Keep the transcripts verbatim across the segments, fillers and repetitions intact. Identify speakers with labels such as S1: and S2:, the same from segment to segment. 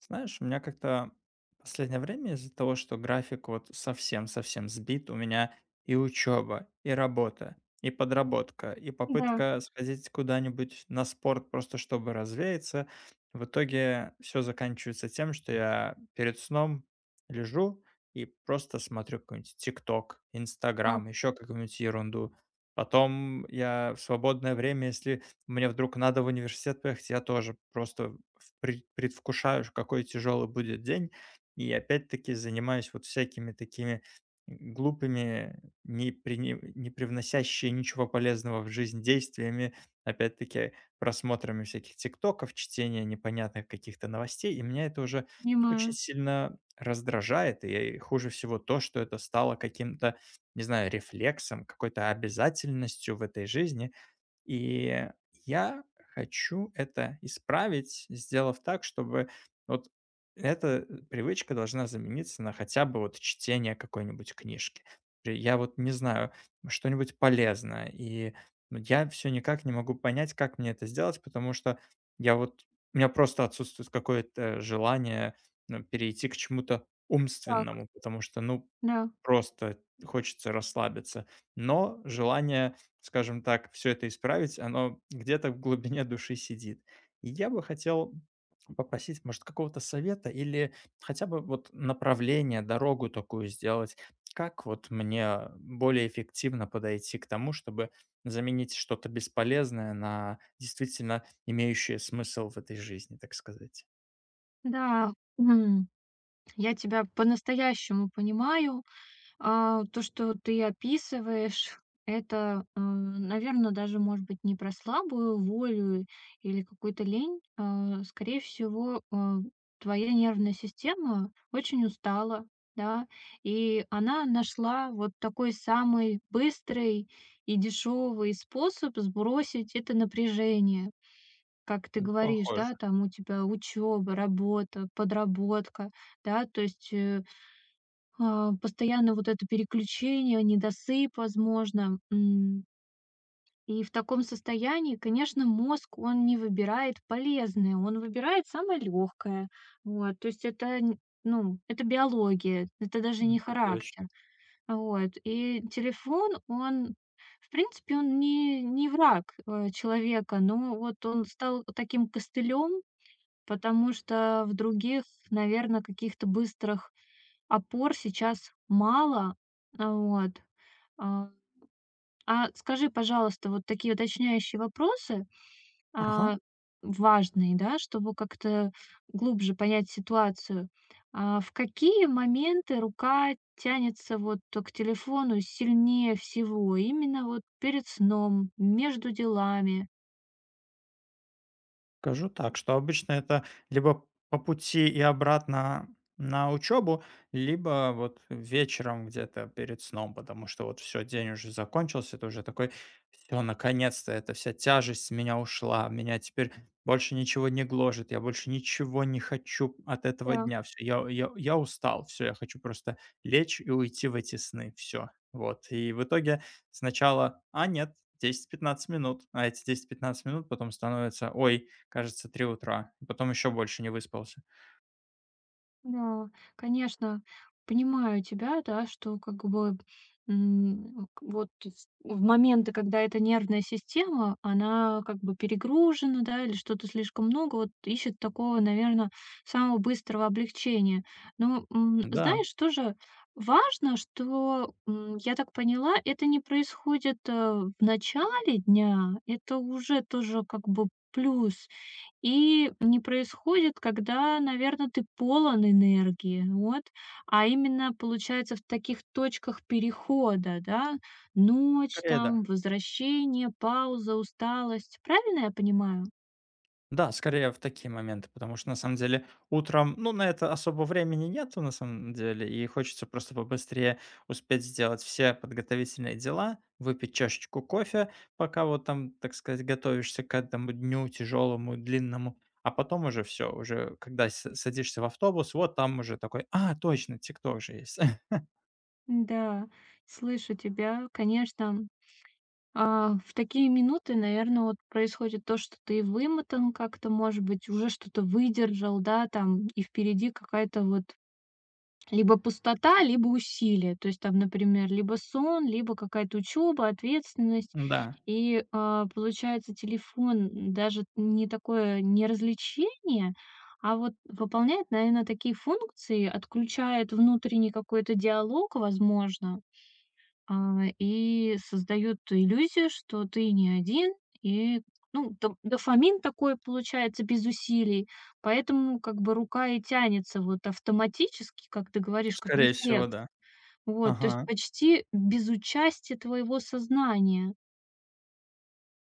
S1: Знаешь, у меня как-то последнее время из-за того, что график вот совсем-совсем сбит, у меня и учеба, и работа, и подработка, и
S2: Да,
S1: попытка сходить куда-нибудь на спорт просто чтобы развеяться. В итоге все заканчивается тем, что я перед сном лежу и просто смотрю какой-нибудь ТикТок,
S2: да,
S1: Инстаграм, еще какую-нибудь ерунду. Потом я в свободное время, если мне вдруг надо в университет поехать, я тоже просто в предвкушаю, какой тяжелый будет день, и опять-таки занимаюсь вот всякими такими глупыми, не прине не привносящие ничего полезного в жизнь действиями, опять-таки просмотрами всяких тиктоков, чтения непонятных каких-то новостей. И меня это уже очень
S2: понимаю.
S1: сильно раздражает. И хуже всего то, что это стало каким-то, не знаю, рефлексом, какой-то обязательностью в этой жизни. И я хочу это исправить, сделав так, чтобы вот эта э, привычка должна замениться на хотя бы вот чтение какой-нибудь книжки. При- Я вот не знаю, что-нибудь полезное, и ну, я все никак не могу понять, как мне это сделать, потому что я вот, у меня просто отсутствует какое-то желание ну, перейти к чему-то
S2: Так,
S1: умственному, потому что, ну,
S2: да,
S1: просто хочется расслабиться. Но желание, скажем так, все это исправить, оно где-то в глубине души сидит. И я бы хотел попросить, может, какого-то совета или хотя бы вот направление, дорогу такую сделать. Как вот мне более эффективно подойти к тому, чтобы заменить что-то бесполезное на действительно имеющее смысл в этой жизни, так сказать?
S2: да, м, я тебя по-настоящему понимаю. А, то, что ты описываешь, это, наверное, даже, может быть, не про слабую волю или какую-то лень. А, скорее всего, а, твоя нервная система очень устала, да, и она нашла вот такой самый быстрый и дешевый способ сбросить это напряжение. Как ты
S1: М,
S2: говоришь, да,
S1: похоже,
S2: там у тебя учеба, работа, подработка, да, то есть, э, а, постоянно вот это переключение, недосып, возможно. М, и в таком состоянии, конечно, мозг, он не выбирает полезное, он выбирает самое легкое. Вот, то есть это, н ну, это биология, это даже не
S1: это точно.
S2: характер. Вот, и телефон, он, в принципе, он не не враг, э, человека, но вот он стал таким костылем. Потому что в других, наверное, каких-то быстрых опор сейчас мало. А, вот. А, а скажи, пожалуйста, вот такие уточняющие вопросы, а,
S1: Ага.
S2: важные, да, чтобы как-то глубже понять ситуацию. А, в какие моменты рука тянется вот к телефону сильнее всего? Именно вот перед сном, между делами?
S1: Скажу так, что обычно это либо по пути и обратно на учебу, либо вот вечером где-то перед сном, потому что вот все, день уже закончился, ты уже такой, все, наконец-то, эта вся тяжесть с меня ушла, меня теперь больше ничего не гложет, я больше ничего не хочу от этого
S2: Да.
S1: дня, все, я, я, я устал, все, я хочу просто лечь и уйти в эти сны, все, вот. И в итоге сначала, а нет, десять-пятнадцать минут, а эти десять-пятнадцать минут потом становятся, ой, кажется, три утра, и потом еще больше не выспался.
S2: Да, конечно, понимаю тебя, да, что как бы м, к- вот с- в моменты, когда эта нервная система, она как бы перегружена, да, или что-то слишком много, вот ищет такого, наверное, самого быстрого облегчения. Но м,
S1: Да,
S2: знаешь, тоже важно, что, м, я так поняла, это не происходит э, в начале дня, это уже тоже как бы плюс, и не происходит, когда, наверное, ты полон энергии, вот. А именно, получается, в таких точках перехода, да? Ночь
S1: скорее да.
S2: там, возвращение, пауза, усталость. Правильно я понимаю?
S1: Да, скорее в такие моменты, потому что на самом деле утром, ну, на это особо времени нету на самом деле, и хочется просто побыстрее успеть сделать все подготовительные дела, выпить чашечку кофе, пока вот там, так сказать, готовишься к этому дню тяжелому, длинному, а потом уже все, уже когда с садишься в автобус, вот там уже такой: "А, точно, "Тикток" же есть".
S2: Да, слышу тебя, конечно. А, в такие минуты, наверное, вот происходит то, что ты вымотан как-то, может быть, уже что-то выдержал, да, там, и впереди какая-то вот либо пустота, либо усилие. То есть там, например, либо сон, либо какая-то учеба, ответственность.
S1: Да,
S2: И а, получается, телефон даже не такое не развлечение, а вот выполняет, наверное, такие функции, отключает внутренний какой-то диалог, возможно, а, и создают иллюзию, что ты не один, и, ну, до дофамин такой получается без усилий, поэтому как бы рука и тянется вот автоматически, как ты говоришь, как
S1: скорее всего,
S2: рефлекс.
S1: да.
S2: Вот, то есть
S1: Ага.
S2: почти без участия твоего сознания.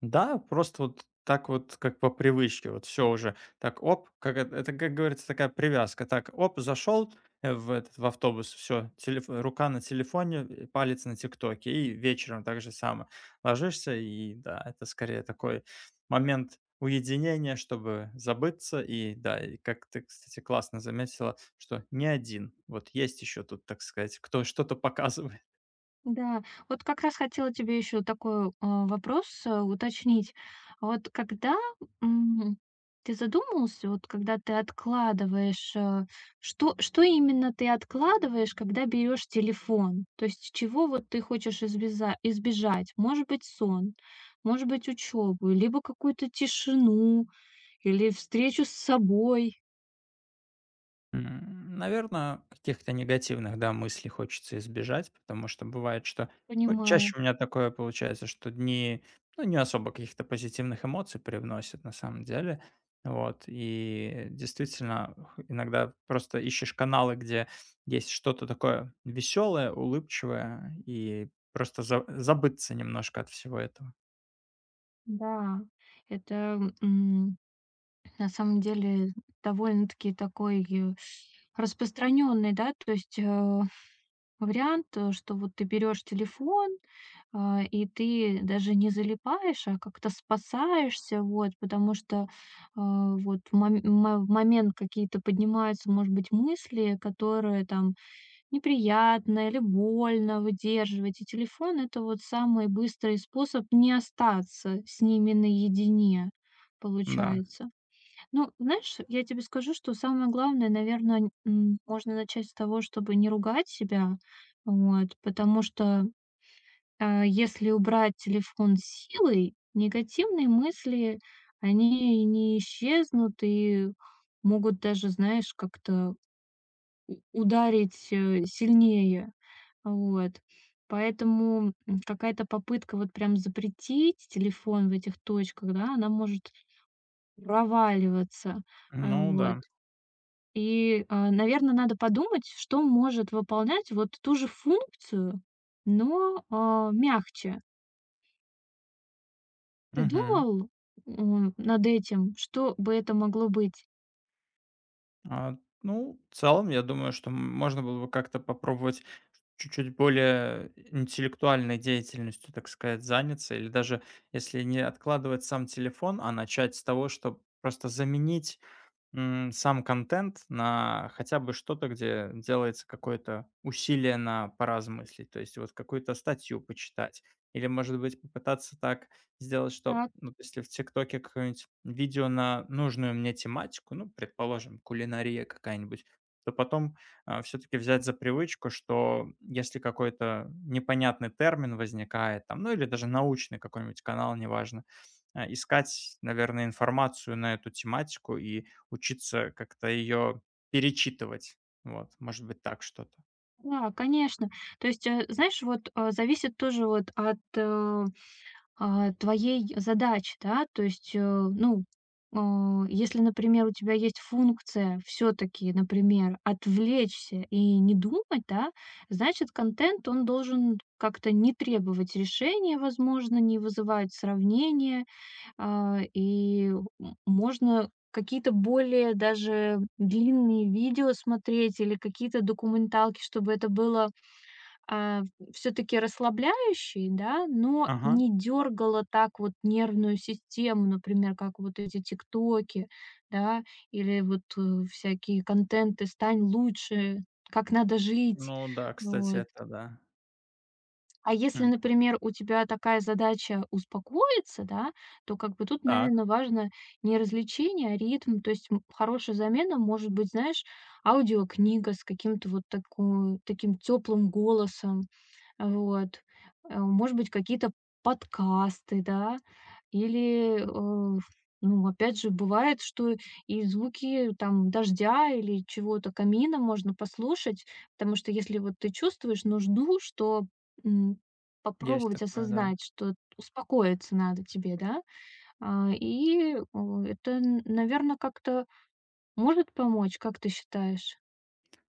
S1: Да, просто вот так вот, как по привычке, вот все уже. Так, оп, как эт это, как говорится, такая привязка. Так, оп, зашел, э, в этот, в автобус, все рука на телефоне, э, палец на "Тиктоке", и вечером так же само. Ложишься, и да, это скорее такой момент уединения, чтобы забыться. И да, и как ты, кстати, классно заметила, что не один. Вот есть еще тут, так сказать, кто что-то показывает.
S2: Да, вот как раз хотела тебе еще такой, э, вопрос, э, уточнить. Вот когда, м, ты задумывался, вот когда ты откладываешь, э, что что именно ты откладываешь, когда берешь телефон? То есть чего вот ты хочешь избеза избежать? Может быть, сон, может быть, учебу, либо какую-то тишину, или встречу с собой.
S1: Наверное, каких-то негативных, да, мыслей хочется избежать, потому что бывает, что ну,
S2: Понимаю,
S1: чаще у меня такое получается, что дни ну, не особо каких-то позитивных эмоций привносят на самом деле. Вот. И действительно, х- иногда просто ищешь каналы, где есть что-то такое веселое, улыбчивое, и просто за- забыться немножко от всего этого.
S2: да. Это, на самом деле довольно-таки такой э, распространенный, да, то есть э, вариант, э, что вот ты берешь телефон, а, и ты даже не залипаешь, а как-то спасаешься, вот, потому что а, вот в мом- мо- в момент какие-то поднимаются, может быть, мысли, которые там неприятно или больно выдерживать, и телефон это вот самый быстрый способ не остаться с ними наедине,
S1: Да.
S2: получается. Ну, знаешь, я тебе скажу, что самое главное, наверное, можно начать с того, чтобы не ругать себя, вот, потому что а, если убрать телефон силой, негативные мысли, они не исчезнут и могут даже, знаешь, как-то у- ударить э, сильнее, вот. Поэтому м, какая-то попытка вот прям запретить телефон в этих точках, да, она может проваливаться. А,
S1: Ну
S2: Вот.
S1: да.
S2: И, наверное, надо подумать, что может выполнять вот ту же функцию, но, а, мягче. Ты
S1: Мгм.
S2: думал, м, над этим, что бы это могло быть?
S1: А, ну, в целом, я думаю, что м- можно было бы как-то попробовать чуть-чуть более интеллектуальной деятельностью, так сказать, заняться. Или даже если не откладывать сам телефон, а начать с того, что просто заменить М, сам контент на хотя бы что-то, где делается какое-то усилие на поразмыслить, то есть вот какую-то статью почитать. Или, может быть, попытаться так сделать, что,
S2: Так,
S1: ну, если в "Тиктоке" какое-нибудь видео на нужную мне тематику, ну, предположим, кулинария какая-нибудь, то потом, все таки взять за привычку, что если какой-то непонятный термин возникает там, ну, или даже научный какой-нибудь канал, неважно, а, искать, наверное, информацию на эту тематику и учиться как-то ее перечитывать. Вот, может быть, так что-то.
S2: да, конечно. То есть, э, знаешь, вот, а, зависит тоже вот от, э а, твоей задачи, да. То есть, э, ну, а, если, например, у тебя есть функция все-таки, например, отвлечься и не думать, да, значит, контент, он должен как-то не требовать решения, возможно, не вызывать сравнения, а, и м- можно какие-то более даже длинные видео смотреть или какие-то документалки, чтобы это было все таки расслабляющий, да, но
S1: Ага.
S2: не дёргало так вот нервную систему, например, как вот эти "Тиктоки", да, или вот, э, всякие контенты "Стань лучше", "Как надо жить".
S1: Ну да, кстати,
S2: Вот.
S1: это да.
S2: А если,
S1: М,
S2: например, у тебя такая задача успокоиться, да, то как бы тут,
S1: так,
S2: наверно, важно не развлечение, а ритм. То есть, м, хорошая замена может быть, знаешь, аудиокнига с каким-то вот таку таким теплым голосом, вот. Э, может быть, какие-то подкасты, да, или, э, ну, опять же, бывает, что и звуки там дождя или чего-то, камина можно послушать, потому что если вот ты чувствуешь нужду, что, м,
S1: есть
S2: попробовать
S1: такое, да.
S2: осознать, что успокоиться надо тебе, да. А, и, э, это, наверное, как-то может помочь, как ты считаешь?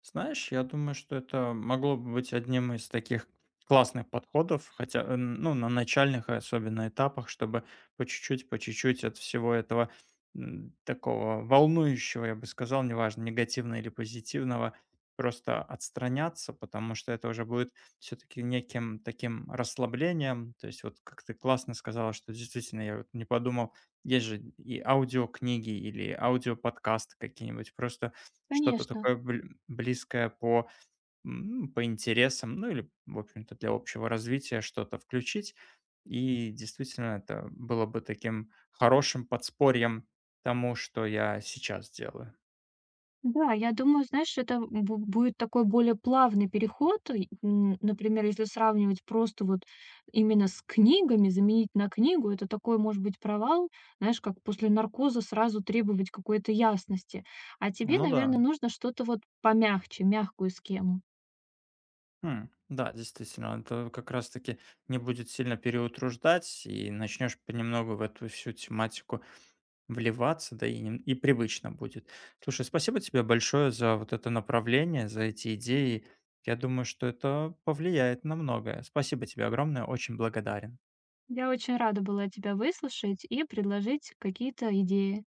S1: Знаешь, я думаю, что это могло бы быть одним из таких классных подходов, хотя, э, ну, на начальных особенно этапах, чтобы по чуть-чуть, по чуть-чуть от всего этого м, такого волнующего, я бы сказал, неважно, негативного или позитивного, просто отстраняться, потому что это уже будет все-таки неким таким расслаблением. То есть вот как ты классно сказала, что действительно я вот не подумал, есть же и аудиокниги или аудиоподкасты какие-нибудь, просто что-то
S2: Конечно.
S1: такое бль близкое по, м, по интересам, ну или, в общем-то, для общего развития что-то включить. И действительно, это было бы таким хорошим подспорьем тому, что я сейчас делаю.
S2: Да, я думаю, знаешь, это бу будет такой более плавный переход. И, м, например, если сравнивать просто вот именно с книгами, заменить на книгу, это такой, может быть, провал, знаешь, как после наркоза сразу требовать какой-то ясности. А тебе,
S1: Ну да.
S2: наверное, нужно что-то вот помягче, мягкую схему.
S1: М, да, действительно, это как раз таки не будет сильно переутруждать, и начнешь понемногу в эту всю тематику вливаться, да и нем и привычно будет. Слушай, спасибо тебе большое за вот это направление, за эти идеи. Я думаю, что это повлияет на многое. Спасибо тебе огромное, очень благодарен.
S2: Я очень рада была тебя выслушать и предложить какие-то идеи.